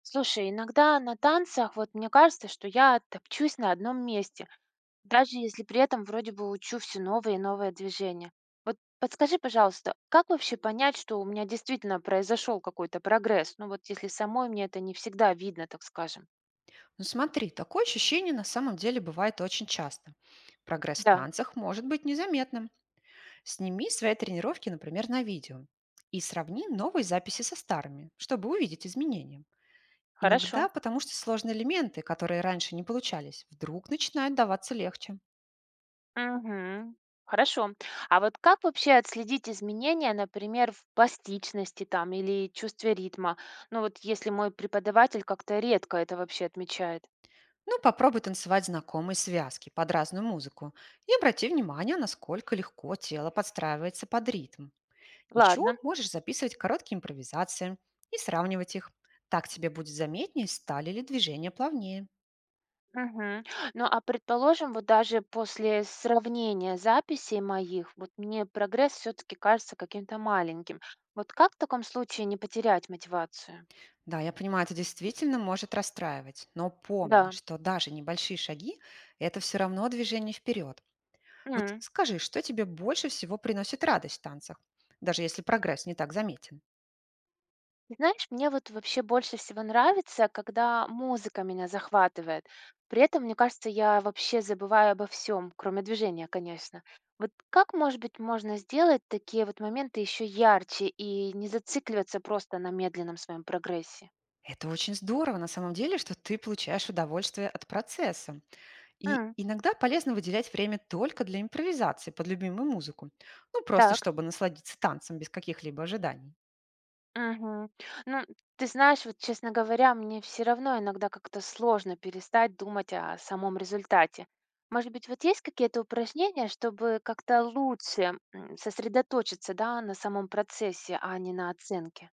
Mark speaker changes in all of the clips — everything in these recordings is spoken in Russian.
Speaker 1: Слушай, иногда на танцах вот мне кажется, что я топчусь на одном месте, даже если при этом вроде бы учу все новые и новые движения. Вот подскажи, пожалуйста, как вообще понять, что у меня действительно произошел какой-то прогресс? Ну вот если самой мне это не всегда видно, так скажем.
Speaker 2: Ну смотри, такое ощущение на самом деле бывает очень часто. Прогресс в
Speaker 1: Да,
Speaker 2: танцах может быть незаметным. Сними свои тренировки, например, на видео и сравни новые записи со старыми, чтобы увидеть изменения.
Speaker 1: хорошо.
Speaker 2: Иногда потому что сложные элементы, которые раньше не получались, вдруг начинают даваться легче.
Speaker 1: Мгм. Хорошо. А вот как вообще отследить изменения, например, в пластичности там или чувстве ритма? Ну вот если мой преподаватель как-то редко это вообще отмечает.
Speaker 2: Ну, попробуй танцевать знакомые связки под разную музыку и обрати внимание, насколько легко тело подстраивается под ритм. Еще
Speaker 1: Ладно.
Speaker 2: можешь записывать короткие импровизации и сравнивать их. Так тебе будет заметнее, стали ли движения плавнее.
Speaker 1: Мгм. Ну, а предположим, вот даже после сравнения записей моих, вот мне прогресс все-таки кажется каким-то маленьким. Вот как в таком случае не потерять мотивацию?
Speaker 2: Да, я понимаю, это действительно может расстраивать, но помни,
Speaker 1: Да.
Speaker 2: что даже небольшие шаги– это все равно движение вперед. Вот
Speaker 1: М.
Speaker 2: скажи, что тебе больше всего приносит радость в танцах, даже если прогресс не так заметен?
Speaker 1: Ты знаешь, мне вот вообще больше всего нравится, когда музыка меня захватывает. При этом, мне кажется, я вообще забываю обо всем, кроме движения, конечно. Вот как, может быть, можно сделать такие вот моменты еще ярче и не зацикливаться просто на медленном своем прогрессе?
Speaker 2: Это очень здорово на самом деле, что ты получаешь удовольствие от процесса. И
Speaker 1: М.
Speaker 2: иногда полезно выделять время только для импровизации под любимую музыку. Ну, просто
Speaker 1: Так.
Speaker 2: чтобы насладиться танцем без каких-либо ожиданий.
Speaker 1: Мгм. Ну, ты знаешь, вот, честно говоря, мне все равно иногда как-то сложно перестать думать о самом результате. Может быть, вот есть какие-то упражнения, чтобы как-то лучше сосредоточиться, да, на самом процессе, а не на оценке?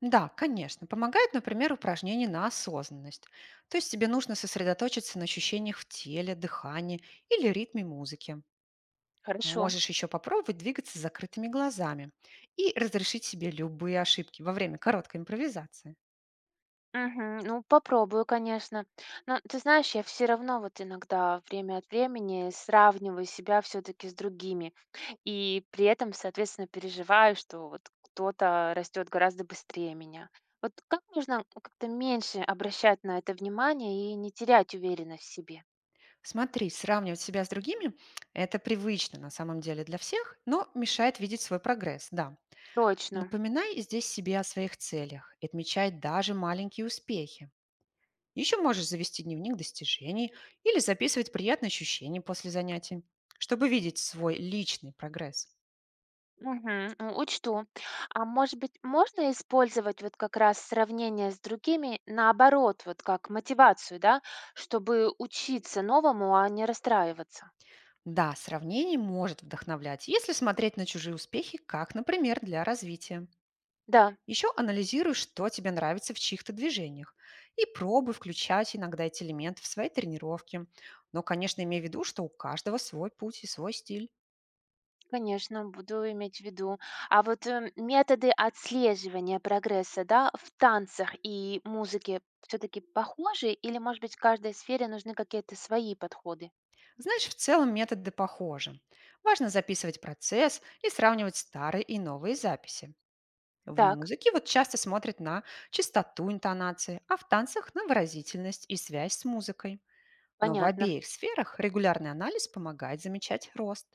Speaker 2: Да, конечно, помогает, например, упражнение на осознанность. То есть тебе нужно сосредоточиться на ощущениях в теле, дыхании или ритме музыки.
Speaker 1: Хорошо.
Speaker 2: Можешь еще попробовать двигаться с закрытыми глазами и разрешить себе любые ошибки во время короткой импровизации.
Speaker 1: Мгм. Ну, попробую, конечно. Но ты знаешь, я все равно вот иногда время от времени сравниваю себя все-таки с другими. И при этом, соответственно, переживаю, что вот кто-то растет гораздо быстрее меня. Вот как можно как-то меньше обращать на это внимание и не терять уверенность в себе?
Speaker 2: Смотри, сравнивать себя с другими– это привычно на самом деле для всех, но мешает видеть свой прогресс, да.
Speaker 1: Точно.
Speaker 2: Напоминай здесь себе о своих целях и отмечай даже маленькие успехи. Еще можешь завести дневник достижений или записывать приятные ощущения после занятий, чтобы видеть свой личный прогресс.
Speaker 1: Мгм. Учту. А может быть, можно использовать вот как раз сравнение с другими наоборот, вот как мотивацию, да, чтобы учиться новому, а не расстраиваться?
Speaker 2: Да, сравнение может вдохновлять, если смотреть на чужие успехи, как, например, для развития.
Speaker 1: Да,
Speaker 2: Еще анализируй, что тебе нравится в чьих-то движениях, и пробуй включать иногда эти элементы в свои тренировки. Но, конечно, имей в виду, что у каждого свой путь и свой стиль.
Speaker 1: конечно, буду иметь в виду. А вот методы отслеживания прогресса, да, в танцах и музыке все-таки похожи или, может быть, в каждой сфере нужны какие-то свои подходы?
Speaker 2: Знаешь, в целом методы похожи. Важно записывать процесс и сравнивать старые и новые записи. В
Speaker 1: Так,
Speaker 2: музыке вот часто смотрят на частоту интонации, а в танцах на выразительность и связь с музыкой. Но в
Speaker 1: понятно.
Speaker 2: обеих сферах регулярный анализ помогает замечать рост.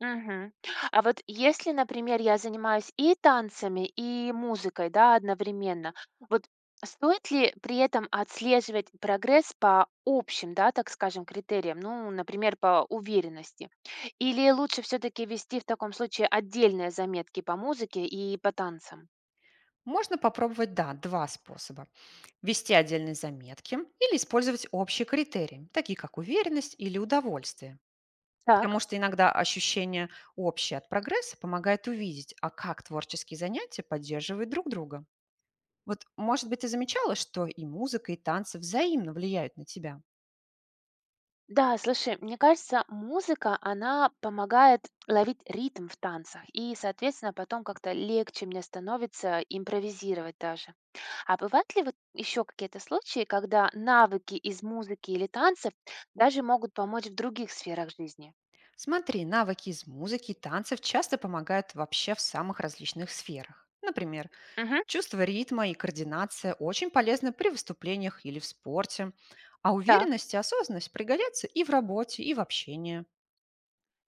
Speaker 1: Мгм. А вот если, например, я занимаюсь и танцами, и музыкой, да, одновременно, вот стоит ли при этом отслеживать прогресс по общим, да, так скажем, критериям, ну, например, по уверенности? Или лучше все-таки вести в таком случае отдельные заметки по музыке и по танцам?
Speaker 2: Можно попробовать, да, два способа. Вести отдельные заметки или использовать общие критерии, такие как уверенность или удовольствие.
Speaker 1: Так.
Speaker 2: Потому что иногда ощущение общее от прогресса помогает увидеть, а как творческие занятия поддерживают друг друга. Вот, может быть, ты замечала, что и музыка, и танцы взаимно влияют на тебя.
Speaker 1: Да, слушай, мне кажется, музыка, она помогает ловить ритм в танцах, и, соответственно, потом как-то легче мне становится импровизировать даже. А бывают ли вот еще какие-то случаи, когда навыки из музыки или танцев даже могут помочь в других сферах жизни?
Speaker 2: Смотри, навыки из музыки и танцев часто помогают вообще в самых различных сферах. Например,
Speaker 1: Мгм.
Speaker 2: чувство ритма и координация очень полезны при выступлениях или в спорте, а
Speaker 1: Так,
Speaker 2: уверенность и осознанность пригодятся и в работе, и в общении.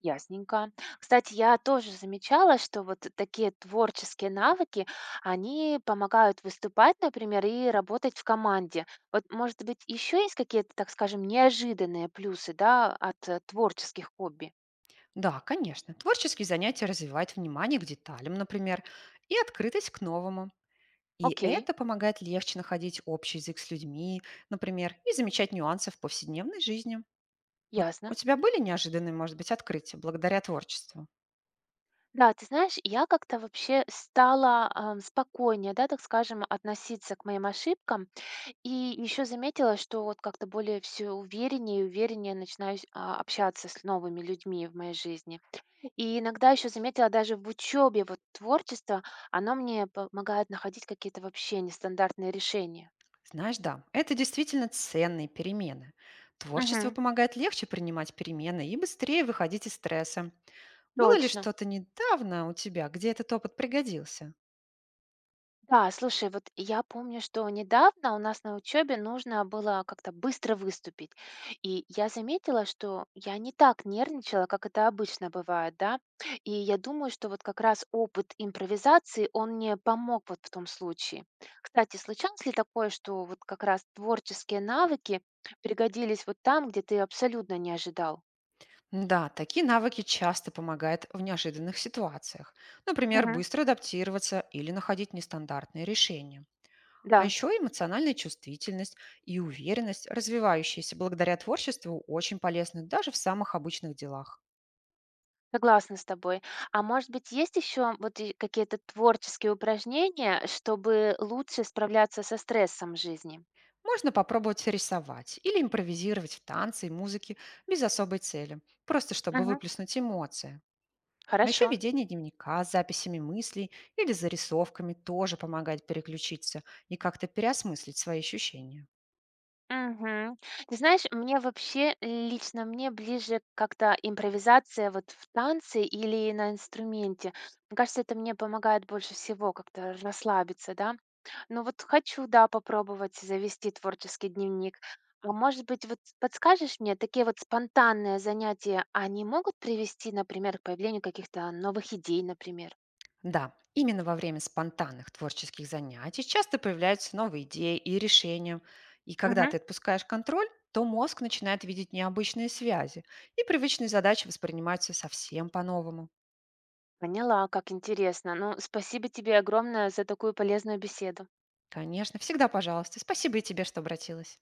Speaker 1: ясненько. Кстати, я тоже замечала, что вот такие творческие навыки, они помогают выступать, например, и работать в команде. Вот, может быть, еще есть какие-то, так скажем, неожиданные плюсы, да, от творческих хобби?
Speaker 2: Да, конечно. Творческие занятия развивают внимание к деталям, например, и открытость к новому. И
Speaker 1: Окей,
Speaker 2: это помогает легче находить общий язык с людьми, например, и замечать нюансы в повседневной жизни. Вот
Speaker 1: ясно.
Speaker 2: у тебя были неожиданные, может быть, открытия благодаря творчеству?
Speaker 1: Да, ты знаешь, я как-то вообще стала спокойнее, да, так скажем, относиться к моим ошибкам. И еще заметила, что вот как-то более все увереннее и увереннее начинаю общаться с новыми людьми в моей жизни. И иногда еще заметила даже в учебе вот творчество, оно мне помогает находить какие-то вообще нестандартные решения.
Speaker 2: Знаешь, да, это действительно ценные перемены. Творчество
Speaker 1: Мгм.
Speaker 2: помогает легче принимать перемены и быстрее выходить из стресса. Было ли
Speaker 1: Точно.
Speaker 2: что-то недавно у тебя, где этот опыт пригодился?
Speaker 1: Да, слушай, вот я помню, что недавно у нас на учебе нужно было как-то быстро выступить. И я заметила, что я не так нервничала, как это обычно бывает, да. И я думаю, что вот как раз опыт импровизации, он мне помог вот в том случае. Кстати, случалось ли такое, что вот как раз творческие навыки пригодились вот там, где ты абсолютно не ожидал?
Speaker 2: Да, такие навыки часто помогают в неожиданных ситуациях. Например,
Speaker 1: Мгм.
Speaker 2: быстро адаптироваться или находить нестандартные решения. А
Speaker 1: Да.
Speaker 2: еще эмоциональная чувствительность и уверенность, развивающиеся благодаря творчеству, очень полезны даже в самых обычных делах.
Speaker 1: Согласна с тобой. А может быть, есть еще вот и какие-то творческие упражнения, чтобы лучше справляться со стрессом жизни?
Speaker 2: Можно попробовать рисовать или импровизировать в танце и музыке без особой цели, просто чтобы
Speaker 1: Мгм.
Speaker 2: выплеснуть эмоции. А еще
Speaker 1: Хорошо.
Speaker 2: ведение дневника с записями мыслей или зарисовками тоже помогает переключиться и как-то переосмыслить свои ощущения.
Speaker 1: Мгм. Ты знаешь, мне вообще, лично мне ближе как-то импровизация вот в танце или на инструменте. Мне кажется, это мне помогает больше всего как-то расслабиться, да. Ну вот хочу, да, попробовать завести творческий дневник. А может быть, вот подскажешь мне, такие вот спонтанные занятия, они могут привести, например, к появлению каких-то новых идей, например?
Speaker 2: Да, именно во время спонтанных творческих занятий часто появляются новые идеи и решения. И когда
Speaker 1: Мгм.
Speaker 2: ты отпускаешь контроль, то мозг начинает видеть необычные связи, и привычные задачи воспринимаются совсем по-новому.
Speaker 1: Поняла, как интересно. Ну, спасибо тебе огромное за такую полезную беседу.
Speaker 2: Конечно, всегда пожалуйста. Спасибо и тебе, что обратилась.